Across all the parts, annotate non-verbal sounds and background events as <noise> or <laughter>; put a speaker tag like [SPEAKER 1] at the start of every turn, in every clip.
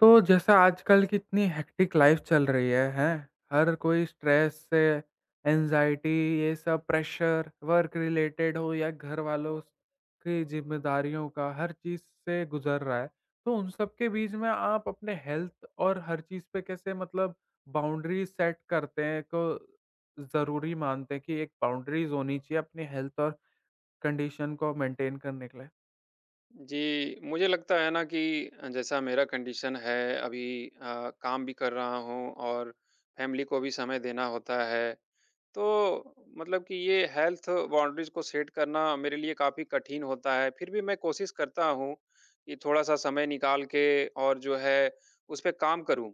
[SPEAKER 1] तो जैसा आजकल की इतनी हेक्टिक लाइफ चल रही है, हैं? हर कोई स्ट्रेस से, एंग्ज़ायटी ये सब प्रेशर, वर्क रिलेटेड हो या घर वालों की ज़िम्मेदारियों का, हर चीज़ से गुज़र रहा है। तो उन सब के बीच में आप अपने हेल्थ और हर चीज़ पे कैसे मतलब बाउंड्रीज़ सेट करते हैं, को ज़रूरी मानते हैं कि एक बाउंड्रीज़ होनी चाहिए अपनी हेल्थ और कंडीशन को मेंटेन करने के लिए?
[SPEAKER 2] जी, मुझे लगता है ना कि जैसा मेरा कंडीशन है अभी, काम भी कर रहा हूँ और फैमिली को भी समय देना होता है। तो मतलब कि ये हेल्थ बाउंड्रीज को सेट करना मेरे लिए काफ़ी कठिन होता है। फिर भी मैं कोशिश करता हूँ कि थोड़ा-सा समय निकाल के और जो है उस पे काम करूँ।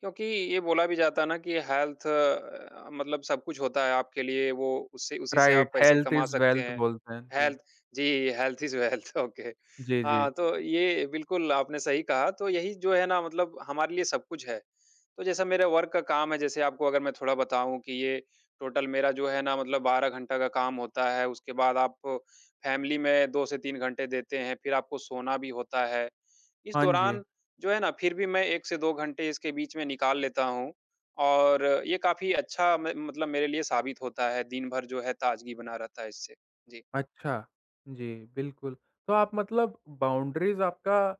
[SPEAKER 2] क्योंकि ये बोला भी जाता है ना कि हेल्थ मतलब सब कुछ होता है, आपके लिए वो उससे उसी से
[SPEAKER 1] राइट,
[SPEAKER 2] आप पैसे
[SPEAKER 1] हेल्थ
[SPEAKER 2] कमा
[SPEAKER 1] इज़
[SPEAKER 2] सकते
[SPEAKER 1] वेल्थ
[SPEAKER 2] हैं।
[SPEAKER 1] बोलते हैं। जी।
[SPEAKER 2] हेल्थ जी, हेल्थ इज़ वेल्थ ओके।
[SPEAKER 1] जी,
[SPEAKER 2] <laughs>
[SPEAKER 1] जी।
[SPEAKER 2] हाँ, तो ये बिल्कुल आपने सही कहा, तो यही जो है ना मतलब हमारे लिए सब कुछ है। तो जैसा मेरा वर्क का काम है, जैसे आपको अगर मैं थोड़ा बताऊँ कि ये टोटल मेरा जो है ना मतलब 12 घंटा का काम होता है, उसके बाद आप फैमिली में 2 से 3 घंटे देते हैं, फिर आपको सोना भी होता है। इस
[SPEAKER 1] हाँ जी।
[SPEAKER 2] दौरान जो है ना फिर भी मैं 1 से 2 घंटे इसके बीच में निकाल लेता हूँ, और ये काफ़ी अच्छा म मतलब मेरे लिए साबित होता है, दिन भर जो है ताज़गी बना रहता है इससे। जी।
[SPEAKER 1] अच्छा, जी, बिल्कुल। तो आप मतलब बाउंड्रीज़ आपका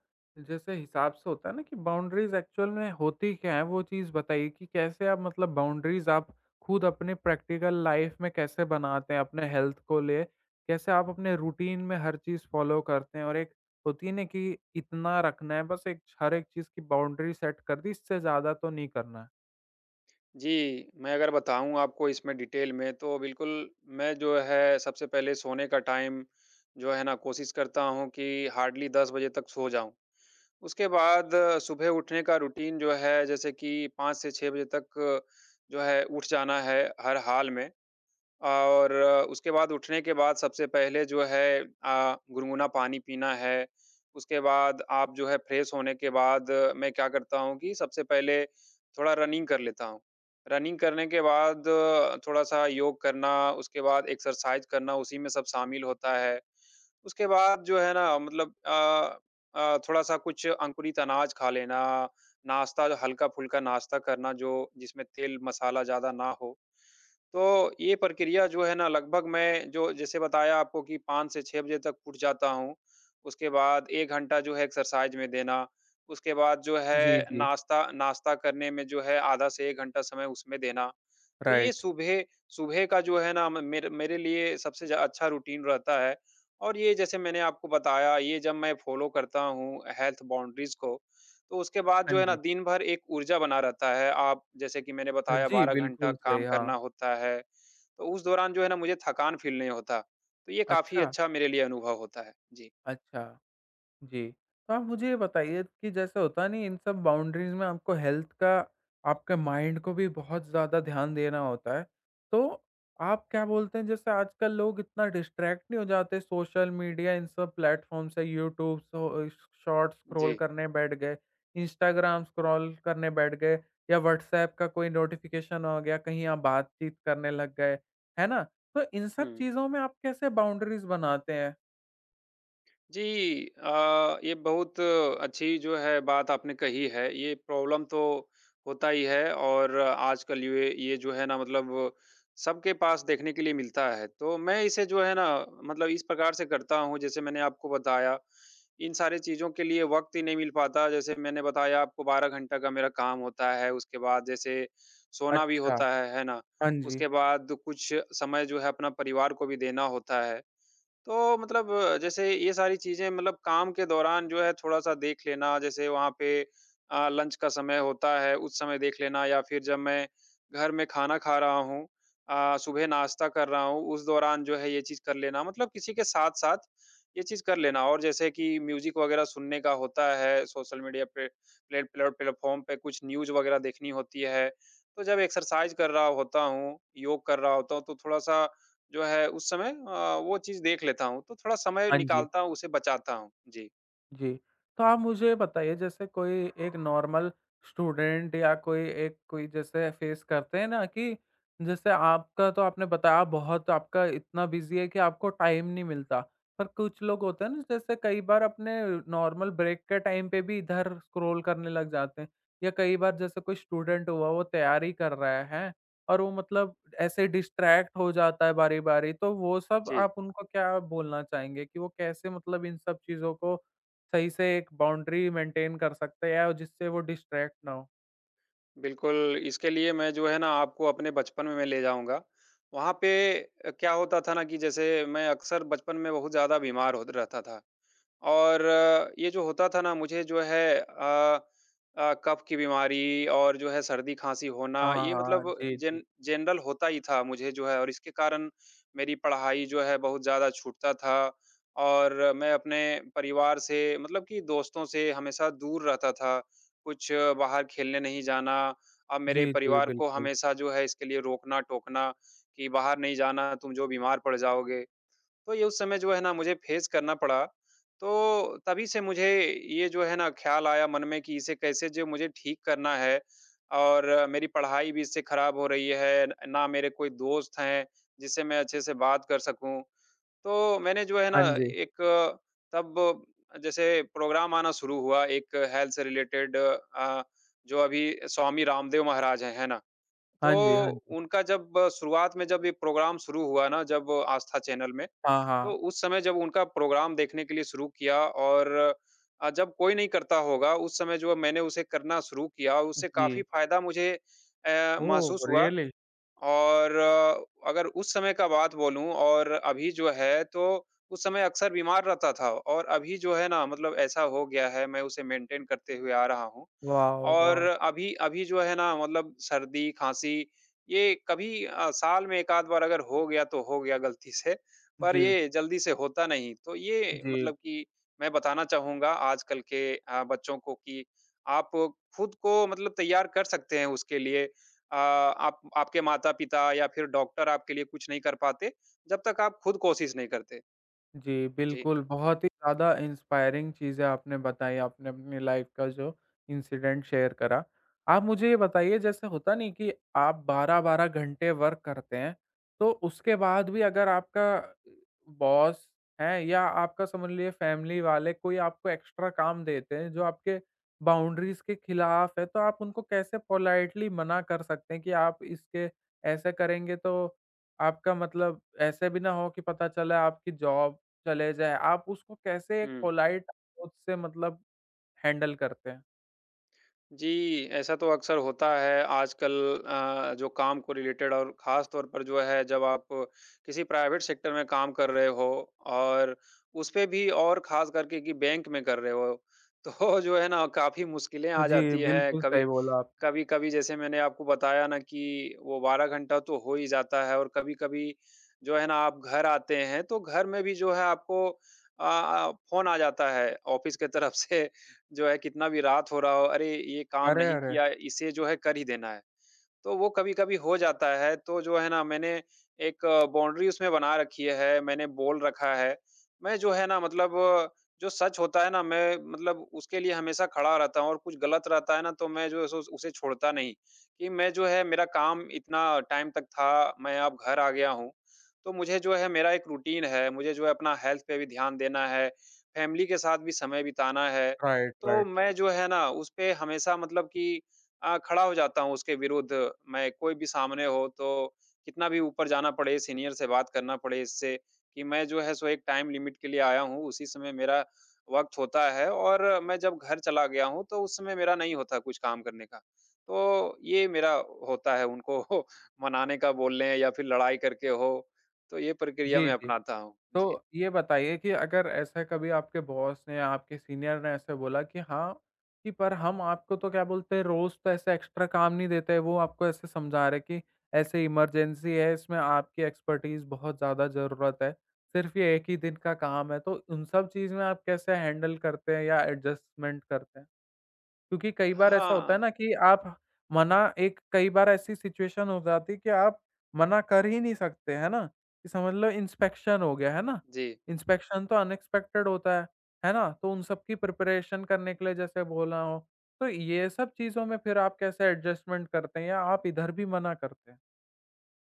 [SPEAKER 1] जैसे हिसाब से होता है ना कि बाउंड्रीज़ एक्चुअल में होती क्या है, वो चीज़ बताइए कि कैसे आप मतलब बाउंड्रीज़ आप खुद अपने प्रैक्टिकल लाइफ़ में कैसे बनाते हैं अपने हेल्थ को ले? कैसे आप अपने रूटीन में हर चीज़ फ़ॉलो करते हैं? और एक होती है ना कि इतना रखना है बस एक हर एक चीज़ की बाउंड्री सेट कर दी, इससे ज़्यादा तो नहीं करना है।
[SPEAKER 2] जी, मैं अगर बताऊँ आपको इसमें डिटेल में, तो बिल्कुल मैं जो है सबसे पहले सोने का टाइम जो है ना कोशिश करता हूँ कि हार्डली 10 बजे तक सो जाऊँ। उसके बाद सुबह उठने का रूटीन जो है जैसे कि 5 से 6 बजे तक जो है उठ जाना है हर हाल में। और उसके बाद उठने के बाद सबसे पहले जो है गुनगुना पानी पीना है। उसके बाद आप जो है फ्रेश होने के बाद मैं क्या करता हूँ कि सबसे पहले थोड़ा रनिंग कर लेता हूँ। रनिंग करने के बाद थोड़ा-सा योग करना, उसके बाद एक्सरसाइज़ करना, उसी में सब शामिल होता है। उसके बाद जो है ना मतलब थोड़ा-सा कुछ अंकुरित अनाज खा लेना, नाश्ता हल्का-फुल्का नाश्ता करना, जो जिसमें तेल मसाला ज़्यादा ना हो। तो ये प्रक्रिया जो है ना लगभग मैं जो जैसे बताया आपको कि 5 से 6 बजे तक उठ जाता हूँ। उसके बाद 1 घंटा जो है एक्सरसाइज में देना, उसके बाद जो
[SPEAKER 1] जी,
[SPEAKER 2] है
[SPEAKER 1] जी।
[SPEAKER 2] नाश्ता नाश्ता करने में जो है आधा से 1 घंटा समय उसमें देना। तो ये
[SPEAKER 1] राइट।
[SPEAKER 2] सुबह सुबह का जो है ना म मेरे मेरे लिए सबसे ज अच्छा रूटीन रहता है, और ये जैसे मैंने आपको बताया, ये जब मैं फ़ॉलो करता हूँ हेल्थ बाउंड्रीज़ को, तो उसके बाद
[SPEAKER 1] हाँ
[SPEAKER 2] जो है ना
[SPEAKER 1] जी।
[SPEAKER 2] दिन भर एक ऊर्जा बना रहता है। आप जैसे कि मैंने बताया
[SPEAKER 1] जी,
[SPEAKER 2] 12 घंटा
[SPEAKER 1] बिल्कुल सही।
[SPEAKER 2] काम
[SPEAKER 1] हाँ।
[SPEAKER 2] करना होता है, तो उस दौरान जो है ना मुझे थकान फ़ील नहीं होता। तो ये काफ़ी
[SPEAKER 1] अच्छा,
[SPEAKER 2] अच्छा मेरे लिए अनुभव होता है। जी।
[SPEAKER 1] अच्छा। जी। तो आप मुझे ये बताइए कि जैसे होता नहीं इन सब बाउंड्रीज़ में आपको हेल्थ का आपके माइंड को भी बहुत ज़्यादा ध्यान देना होता है। तो आप क्या बोलते हैं जैसे आजकल लोग इतना डिस्ट्रैक्ट नहीं हो जाते सोशल मीडिया इन सब प्लेटफ़ॉर्म से यूट्यूब सो श शॉर्ट्स स्क्रॉल
[SPEAKER 2] जी।
[SPEAKER 1] करने बैठ गए, इंस्टाग्राम स्क्रॉल करने बैठ गए या व्हाट्सऐप का कोई नोटिफ़िकेशन हो गया, कहीं आप बातचीत करने लग गए, है ना? तो इन सब
[SPEAKER 2] हुँ।
[SPEAKER 1] चीज़ों में आप कैसे बाउंड्रीज़ बनाते हैं?
[SPEAKER 2] जी, ये बहुत अच्छी जो है बात आपने कही है। ये प्रॉब्लम तो होता ही है, और आजकल ये जो है ना मतलब सबके पास देखने के लिए मिलता है। तो मैं इसे जो है ना मतलब इस प्रकार से करता हूँ, जैसे मैंने आपको बताया, इन सारी चीज़ों के लिए वक़्त ही नहीं मिल पाता। जैसे मैंने बताया आपको 12 घंटा का मेरा काम होता है, उसके बाद जैसे सोना भी
[SPEAKER 1] अच्छा।
[SPEAKER 2] होता है ना?
[SPEAKER 1] हाँ जी।
[SPEAKER 2] उसके बाद कुछ समय जो है अपना परिवार को भी देना होता है। तो मतलब जैसे ये सारी चीज़ें मतलब काम के दौरान जो है थोड़ा-सा देख लेना, जैसे वहाँ पे लंच का समय होता है, उस समय देख लेना, या फिर जब मैं घर में खाना खा रहा हूँ, सुबह नाश्ता कर रहा हूँ, उस दौरान जो है ये चीज़ कर लेना। मतलब किसी के साथ-साथ ये चीज़ कर लेना, और जैसे कि म्यूज़िक वगैरह सुनने का होता है, सोशल मीडिया पे प्लेट प्लेट प्लेटफ़ॉर्म पे कुछ न्यूज़ वगैरह देखनी होती है। तो जब एक्सरसाइज़ कर रहा होता हूँ, योग कर रहा होता हूँ, तो थोड़ा-सा जो है उस समय वो चीज़ देख लेता हूँ, तो थोड़ा समय
[SPEAKER 1] हाँ जी।
[SPEAKER 2] निकालता हूँ, उसे बचाता हूँ। जी,
[SPEAKER 1] जी, तो आप मुझे बताइए जैसे कोई एक नॉर्मल स्टूडेंट या कोई एक कोई जैसे फेस करते हैं ना कि जैसे आपका तो आपने बताया बहुत आपका इतना बिज़ी है कि आपको टाइम नहीं मिलता। पर कुछ लोग होते हैं ना जैसे कई बार अपने नॉर्मल ब्रेक के टाइम पे भी इधर स्क्रॉल करने लग जाते हैं या कई बार जैसे कोई स्टूडेंट हुआ वो तैयारी कर रहा है, हैं? और वो मतलब ऐसे डिस्ट्रैक्ट हो जाता है बारी-बारी तो वो सब
[SPEAKER 2] जी।
[SPEAKER 1] आप उनको क्या बोलना चाहेंगे कि वो कैसे मतलब इन सब चीज़ों को सही से एक बाउंड्री मेंटेन कर सकते हैं और जिससे वो डिस्ट्रैक्ट ना हो।
[SPEAKER 2] बिल्कुल, इसके लिए मैं जो है ना आपको अपने बचपन में मैं ले जाऊँगा। वहाँ पे क्या होता था ना कि जैसे मैं अक्सर बचपन में बहुत ज़्यादा बीमार होत रहता था। और ये जो होता था ना, मुझे जो है कफ की बीमारी और जो है सर्दी-खाँसी होना,
[SPEAKER 1] हाँ,
[SPEAKER 2] ये
[SPEAKER 1] हाँ।
[SPEAKER 2] मतलब
[SPEAKER 1] जी, जी।
[SPEAKER 2] जेन जनरल होता ही था मुझे जो है, और इसके कारण मेरी पढ़ाई जो है बहुत ज़्यादा छूटता था, और मैं अपने परिवार से मतलब कि दोस्तों से हमेशा दूर रहता था। कुछ बाहर खेलने नहीं जाना, अब मेरे
[SPEAKER 1] जी, जी,
[SPEAKER 2] परिवार को
[SPEAKER 1] बिल्कुल।
[SPEAKER 2] हमेशा जो है इसके लिए रोकना-टोकना कि बाहर नहीं जाना, तुम जो बीमार पड़ जाओगे। तो ये उस समय जो है ना मुझे फेस करना पड़ा। तो तभी से मुझे ये जो है ना ख़्याल आया मन में कि इसे कैसे जो मुझे ठीक करना है, और मेरी पढ़ाई भी इससे ख़राब हो रही है, ना मेरे कोई दोस्त हैं जिससे मैं अच्छे से बात कर सकूँ। तो मैंने जो है ना
[SPEAKER 1] हाँ जी।
[SPEAKER 2] एक तब जैसे प्रोग्राम आना शुरू हुआ, एक हेल्थ से रिलेटेड जो अभी स्वामी रामदेव महाराज हैं, है ना? तो
[SPEAKER 1] हाँ जी, हाँ जी।
[SPEAKER 2] उनका जब शुरुआत में जब ये प्रोग्राम शुरू हुआ ना, जब आस्था चैनल में,
[SPEAKER 1] हाँ,
[SPEAKER 2] तो
[SPEAKER 1] हाँ।
[SPEAKER 2] उस समय जब उनका प्रोग्राम देखने के लिए शुरू किया, और जब कोई नहीं करता होगा, उस समय जो मैंने उसे करना शुरू किया, और उससे काफ़ी
[SPEAKER 1] जी।
[SPEAKER 2] फ़ायदा मुझे
[SPEAKER 1] ओह!
[SPEAKER 2] महसूस हुआ।
[SPEAKER 1] रियली?
[SPEAKER 2] और अगर उस समय का बात बोलूँ और अभी जो है, तो उस समय अक्सर बीमार रहता था, और अभी जो है ना मतलब ऐसा हो गया है, मैं उसे मेंटेन करते हुए आ रहा हूँ।
[SPEAKER 1] वॉव!
[SPEAKER 2] और
[SPEAKER 1] वॉव!
[SPEAKER 2] अभी अभी जो है ना मतलब सर्दी, खाँसी ये कभी साल में 1 आध बार अगर हो गया तो हो गया गलती से, पर
[SPEAKER 1] जी,
[SPEAKER 2] ये जल्दी से होता नहीं। तो ये
[SPEAKER 1] जी।
[SPEAKER 2] मतलब कि मैं बताना चाहूँगा आजकल के बच्चों को कि आप खुद को मतलब तैयार कर सकते हैं उसके लिए। आप आपके माता-पिता या फिर डॉक्टर आपके लिए कुछ नहीं कर पाते, जब तक आप खुद कोशिश नहीं करते।
[SPEAKER 1] जी,
[SPEAKER 2] जी।
[SPEAKER 1] बिल्कुल, बहुत ही ज़्यादा इंस्पायरिंग चीज़ें आपने बताई, आपने अपनी लाइफ़ का जो इंसिडेंट शेयर करा। आप मुझे ये बताइए जैसे होता नहीं कि आप 12-12 घंटे वर्क करते हैं, तो उसके बाद भी अगर आपका बॉस है या आपका समझ लीजिए फैमिली वाले कोई आपको एक्स्ट्रा काम देते हैं जो आपके बाउंड्रीज़ के खिलाफ है, तो आप उनको कैसे पोलाइटली मना कर सकते हैं कि आप इसके ऐसे करेंगे तो आपका मतलब ऐसे भी ना हो कि पता चला आपकी जॉब चले जाएँ, आप उसको कैसे एक
[SPEAKER 2] हुँ।
[SPEAKER 1] पोलाइट अप्रोच से मतलब हैंडल करते हैं?
[SPEAKER 2] जी, ऐसा तो अक्सर होता है आजकल, जो काम को रिलेटेड, और ख़ास तौर पर जो है जब आप किसी प्राइवेट सेक्टर में काम कर रहे हो, और उस पे भी और ख़ास करके कि बैंक में कर रहे हो, तो <laughs> जो है ना काफ़ी मुश्किलें आ
[SPEAKER 1] जी,
[SPEAKER 2] जाती हैं।
[SPEAKER 1] बिल्कुल
[SPEAKER 2] कभी
[SPEAKER 1] सही बोला आपने।
[SPEAKER 2] कभी-कभी जैसे मैंने आपको बताया ना कि वो 12 घंटा तो हो ही जाता है, और कभी-कभी जो है ना आप घर आते हैं, तो घर में भी जो है आपको फ़ोन आ जाता है ऑफ़िस के तरफ से। <laughs> जो है कितना भी रात हो रहा हो, "अरे! ये काम
[SPEAKER 1] अरे,
[SPEAKER 2] नहीं
[SPEAKER 1] अरे!
[SPEAKER 2] किया, इसे जो है कर ही देना है।" तो वो कभी-कभी हो जाता है, तो जो है ना मैंने एक बाउंड्री उसमें बना रखी है, मैंने बोल रखा है। मैं जो है ना मतलब जो सच होता है ना, मैं मतलब उसके लिए हमेशा खड़ा रहता हूँ, और कुछ गलत रहता है ना तो मैं जो है सो उसे छोड़ता नहीं, कि मैं जो है मेरा काम इतना टाइम तक था, मैं अब घर आ गया हूँ। तो मुझे जो है मेरा एक रूटीन है, मुझे जो है अपना हेल्थ पे भी ध्यान देना है, फैमिली के साथ भी समय बिताना है।
[SPEAKER 1] राइट,
[SPEAKER 2] तो
[SPEAKER 1] राइट।
[SPEAKER 2] मैं जो है ना उस पे हमेशा मतलब कि खड़ा हो जाता हूँ उसके विरुद्ध, मैं कोई भी सामने हो तो कितना भी ऊपर जाना पड़े, सीनियर से बात करना पड़े, इससे कि मैं जो है सो एक टाइम लिमिट के लिए आया हूँ, उसी समय मेरा वक़्त होता है, और मैं जब घर चला गया हूँ तो उस समय मेरा नहीं होता कुछ काम करने का। तो ये मेरा होता है उनको <laughs> मनाने का, बोलने या फिर लड़ाई करके हो, तो ये प्रक्रिया
[SPEAKER 1] जी,
[SPEAKER 2] मैं
[SPEAKER 1] जी।
[SPEAKER 2] अपनाता हूँ। जी।
[SPEAKER 1] तो ये बताइए कि अगर ऐसा कभी आपके बॉस ने या आपके सीनियर ने ऐसे बोला कि हाँ, कि पर हम आपको तो क्या बोलते हैं रोज़ तो ऐसे एक्स्ट्रा काम नहीं देते हैं, वो आपको ऐसे समझा रहे कि ऐसे इमरजेंसी है, इसमें आपकी एक्सपर्टीज़ बहुत ज़्यादा ज़रूरत है, सिर्फ़ ये एक ही दिन का काम है। तो उन सब चीज़ में आप कैसे हैंडल करते हैं या एडजस्टमेंट करते हैं? क्योंकि कई बार ऐसा होता है
[SPEAKER 2] हाँ,
[SPEAKER 1] ना कि आप मना एक कई बार ऐसी सिचुएशन हो जाती है कि आप मना कर ही नहीं सकते, है ना? कि समझ लो इंस्पेक्शन हो गया, है ना?
[SPEAKER 2] जी।
[SPEAKER 1] इंस्पेक्शन तो अनएक्सपेक्टेड होता है ना? तो उन सब की प्रिपरेशन करने के लिए जैसे बोला हो, तो ये सब चीज़ों में फिर आप कैसे एडजस्टमेंट करते हैं या आप इधर भी मना करते हैं?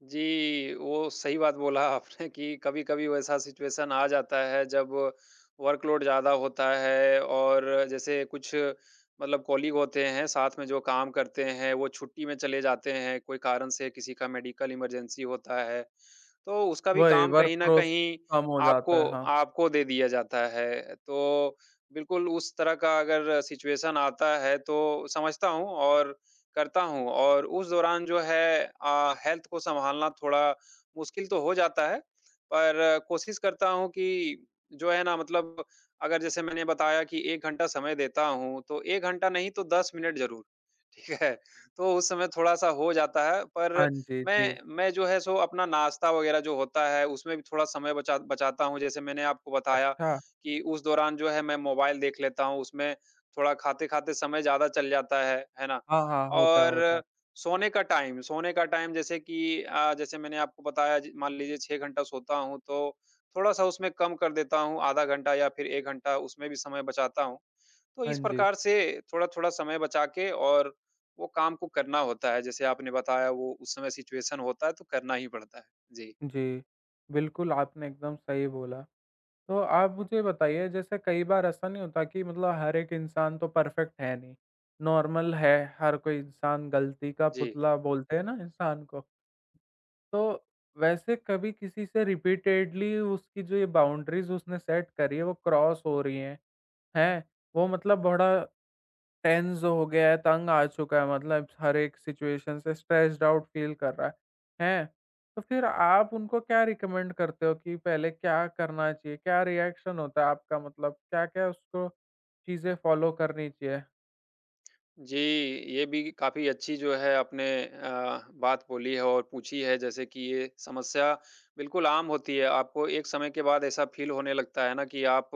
[SPEAKER 2] जी, वो सही बात बोला आपने कि कभी-कभी वैसा सिचुएशन आ जाता है जब वर्कलोड ज़्यादा होता है, और जैसे कुछ मतलब कॉलीग होते हैं साथ में जो काम करते हैं, वो छुट्टी में चले जाते हैं, कोई कारण से किसी का मेडिकल इमरजेंसी होता है, तो उसका भी
[SPEAKER 1] वही
[SPEAKER 2] काम
[SPEAKER 1] वर्क
[SPEAKER 2] कहीं न
[SPEAKER 1] फ़ोर्स
[SPEAKER 2] कहीं
[SPEAKER 1] कम हो
[SPEAKER 2] आपको
[SPEAKER 1] जाता है, हाँ।
[SPEAKER 2] आपको दे दिया जाता है। तो बिल्कुल उस तरह का अगर सिचुएशन आता है तो समझता हूँ और करता हूँ, और उस दौरान जो है हेल्थ को सँभालना थोड़ा मुश्किल तो हो जाता है, पर कोशिश करता हूँ कि जो है ना मतलब अगर जैसे मैंने बताया कि 1 घंटा समय देता हूँ, तो 1 घंटा नहीं तो 10 मिनट ज़रूर, ठीक है? तो उस समय थोड़ा-सा हो जाता है, पर
[SPEAKER 1] हाँ जी, जी।
[SPEAKER 2] मैं जो है सो अपना नाश्ता वग़ैरह जो होता है, उसमें भी थोड़ा समय बचाता हूँ। जैसे मैंने आपको बताया
[SPEAKER 1] अच्छा।
[SPEAKER 2] कि उस दौरान जो है मैं मोबाइल देख लेता हूँ, उसमें थोड़ा खाते-खाते समय ज़्यादा चल जाता है ना?
[SPEAKER 1] हाँ, हाँ, होता है, होता है।
[SPEAKER 2] और सोने का टाइम जैसे कि जैसे मैंने आपको बताया ज मान लीजिए 6 घंटा सोता हूँ, तो थोड़ा-सा उसमें कम कर देता हूँ, आधा घंटा या फिर 1 घंटा उसमें भी समय बचाता हूँ। तो
[SPEAKER 1] हाँ
[SPEAKER 2] इस
[SPEAKER 1] जी।
[SPEAKER 2] प्रकार से थोड़ा-थोड़ा समय बचा के और वो काम को करना होता है। जैसे आपने बताया वो उस समय सिचुएशन होता है तो करना ही पड़ता है। जी।
[SPEAKER 1] जी, बिल्कुल, आपने एकदम सही बोला। तो आप मुझे बताइए जैसे कई बार ऐसा नहीं होता कि मतलब हर एक इंसान तो परफेक्ट है नहीं, नॉर्मल है, हर कोई इंसान गलती का
[SPEAKER 2] जी।
[SPEAKER 1] पुतला बोलते हैं ना इंसान को। तो वैसे कभी किसी से रिपीटेडली उसकी जो ये बाउंड्रीज़ उसने सेट करी है वो क्रॉस हो रही हैं, हैं? वो मतलब बड़ा टेंस हो गया है, तंग आ चुका है मतलब हर एक सिचुएशन से स्ट्रेस्ड आउट फील कर रहा है, हैं? तो फिर आप उनको क्या रिकमेंड करते हो कि पहले क्या करना चाहिए? क्या रिएक्शन होता है आपका मतलब क्या-क्या उसको चीज़ें फ़ॉलो करनी चाहिए?
[SPEAKER 2] जी, ये भी काफ़ी अच्छी जो है आपने बात बोली है और पूछी है जैसे कि ये समस्या बिल्कुल आम होती है। आपको एक समय के बाद ऐसा फ़ील होने लगता है ना कि आप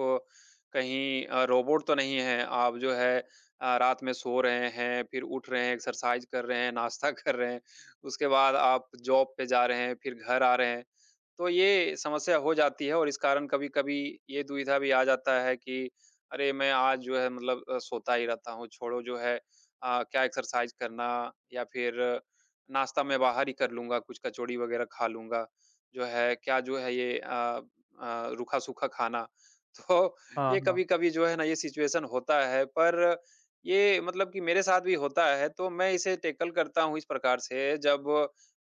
[SPEAKER 2] कहीं रोबोट तो नहीं हैं। आप जो है रात में सो रहे हैं, फिर उठ रहे हैं, एक्सरसाइज़ कर रहे हैं, नाश्ता <laughs> कर रहे हैं, उसके बाद आप जॉब पे जा रहे हैं, फिर घर आ रहे हैं। तो ये समस्या हो जाती है और इस कारण कभी-कभी ये दुविधा भी आ जाता है कि अरे! मैं आज जो है मतलब सोता ही रहता हूँ, छोड़ो जो है क्या एक्सरसाइज करना या फिर नाश्ता मैं बाहर ही कर लूँगा, कुछ कचौड़ी वग़ैरह खा लूँगा, जो है क्या जो है ये रूखा-सूखा खाना। <laughs> तो
[SPEAKER 1] हाँ,
[SPEAKER 2] ये
[SPEAKER 1] हाँ।
[SPEAKER 2] कभी-कभी जो है ना ये सिचुएशन होता है, पर ये मतलब कि मेरे साथ भी होता है, तो मैं इसे टैकल करता हूँ इस प्रकार से जब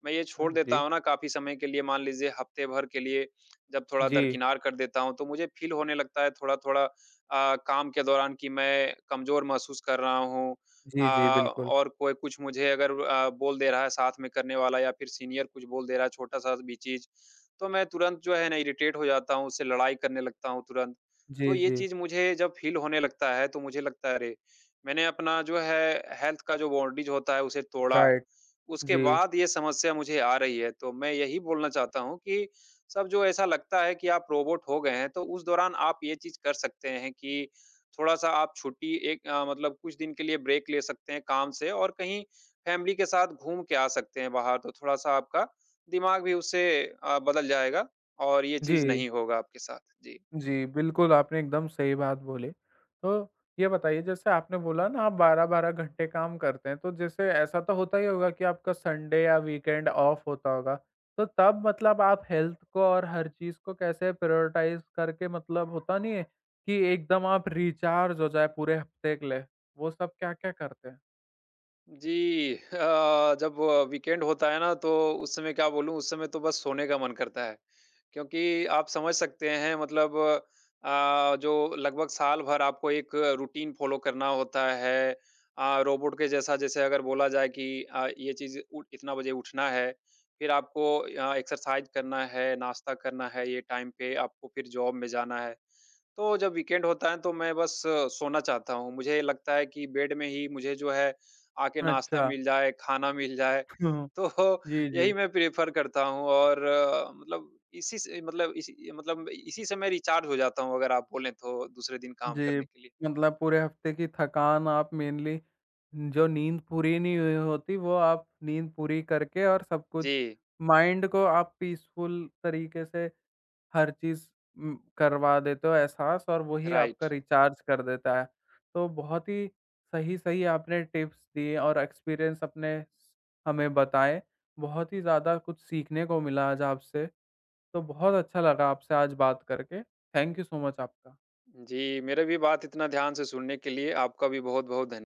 [SPEAKER 2] मैं ये
[SPEAKER 1] हाँ
[SPEAKER 2] छोड़ देता
[SPEAKER 1] जी।
[SPEAKER 2] हूँ ना काफ़ी समय के लिए, मान लीजिए हफ़्ते भर के लिए जब थोड़ा
[SPEAKER 1] जी।
[SPEAKER 2] दरकिनार कर देता हूँ, तो मुझे फ़ील होने लगता है थोड़ा-थोड़ा काम के दौरान कि मैं कमज़ोर महसूस कर रहा हूँ
[SPEAKER 1] जी, जी, बिल्कुल।
[SPEAKER 2] और कोई कुछ मुझे अगर बोल दे रहा है साथ में करने वाला या फिर सीनियर कुछ बोल दे रहा है छोटा-सा भी चीज़, तो मैं तुरंत जो है ना इरिटेट हो जाता हूँ, उससे लड़ाई करने लगता हूँ तुरंत। तो
[SPEAKER 1] जी,
[SPEAKER 2] ये
[SPEAKER 1] जी।
[SPEAKER 2] चीज़ मुझे जब फ़ील होने लगता है तो मुझे लगता है अरे! मैंने अपना जो है हेल्थ का जो बाउंड्रीज़ होता है उसे तोड़ा,
[SPEAKER 1] राइट।
[SPEAKER 2] उसके
[SPEAKER 1] जी।
[SPEAKER 2] बाद ये समस्या मुझे आ रही है। तो मैं यही बोलना चाहता हूँ कि सब जो ऐसा लगता है कि आप रोबोट हो गए हैं, तो उस दौरान आप ये चीज़ कर सकते हैं कि थोड़ा-सा आप छुट्टी एक मतलब कुछ दिन के लिए ब्रेक ले सकते हैं काम से और कहीं फैमिली के साथ घूम के आ सकते हैं बाहर, तो थोड़ा-सा आपका दिमाग भी उससे बदल जाएगा और ये चीज़
[SPEAKER 1] जी।
[SPEAKER 2] नहीं होगा आपके साथ। जी।
[SPEAKER 1] जी, बिल्कुल, आपने एकदम सही बात बोली। तो ये बताइए जैसे आपने बोला ना आप 12-12 घंटे काम करते हैं, तो जैसे ऐसा तो होता ही होगा कि आपका संडे या वीकेंड ऑफ होता होगा। तो तब मतलब आप हेल्थ को और हर चीज़ को कैसे प्रायोरिटाइज़ करके मतलब होता नहीं है कि एकदम आप रिचार्ज हो जाए पूरे हफ्ते के लिए, वो सब क्या-क्या करते हैं?
[SPEAKER 2] जी जब वीकेंड होता है ना तो उस समय क्या बोलूँ, उस समय तो बस सोने का मन करता है। क्योंकि आप समझ सकते हैं मतलब जो लगभग साल भर आपको एक रूटीन फ़ॉलो करना होता है। रोबोट के जैसा जैसे अगर बोला जाए कि ये चीज़ उ इतना बजे उठना है, फिर आपको एक्सरसाइज़ करना है, नाश्ता करना है, ये टाइम पे आपको फिर जॉब में जाना है। तो जब वीकेंड होता है तो मैं बस सोना चाहता हूँ। मुझे लगता है कि बेड में ही मुझे जो है आके नाश्ता
[SPEAKER 1] अच्छा।
[SPEAKER 2] मिल जाए, खाना मिल जाए,
[SPEAKER 1] <laughs>
[SPEAKER 2] तो <laughs>
[SPEAKER 1] जी, जी।
[SPEAKER 2] यही मैं प्रेफ़र करता हूँ और मतलब इसी से मैं रिचार्ज हो जाता हूँ अगर आप बोलें तो दूसरे दिन काम
[SPEAKER 1] जी,
[SPEAKER 2] करने के लिए।
[SPEAKER 1] मतलब पूरे हफ्ते की थकान आप मेनली जो नींद पूरी नहीं हुई होती वो आप नींद पूरी करके और सब कुछ
[SPEAKER 2] जी,
[SPEAKER 1] माइंड को आप पीसफुल तरीके से हर चीज़ करवा देते हो एहसास और वही
[SPEAKER 2] राइट।
[SPEAKER 1] आपका रिचार्ज कर देता है। तो बहुत ही सही-सही आपने टिप्स दिए और एक्सपीरियंस अपने हमें बताएँ। बहुत ही ज़्यादा कुछ सीखने को मिला आज आपसे। तो बहुत अच्छा लगा आपसे आज बात करके। थैंक यू सो मच आपका।
[SPEAKER 2] जी, मेरा भी बात इतना ध्यान से सुनने के लिए आपका भी बहुत-बहुत धन्य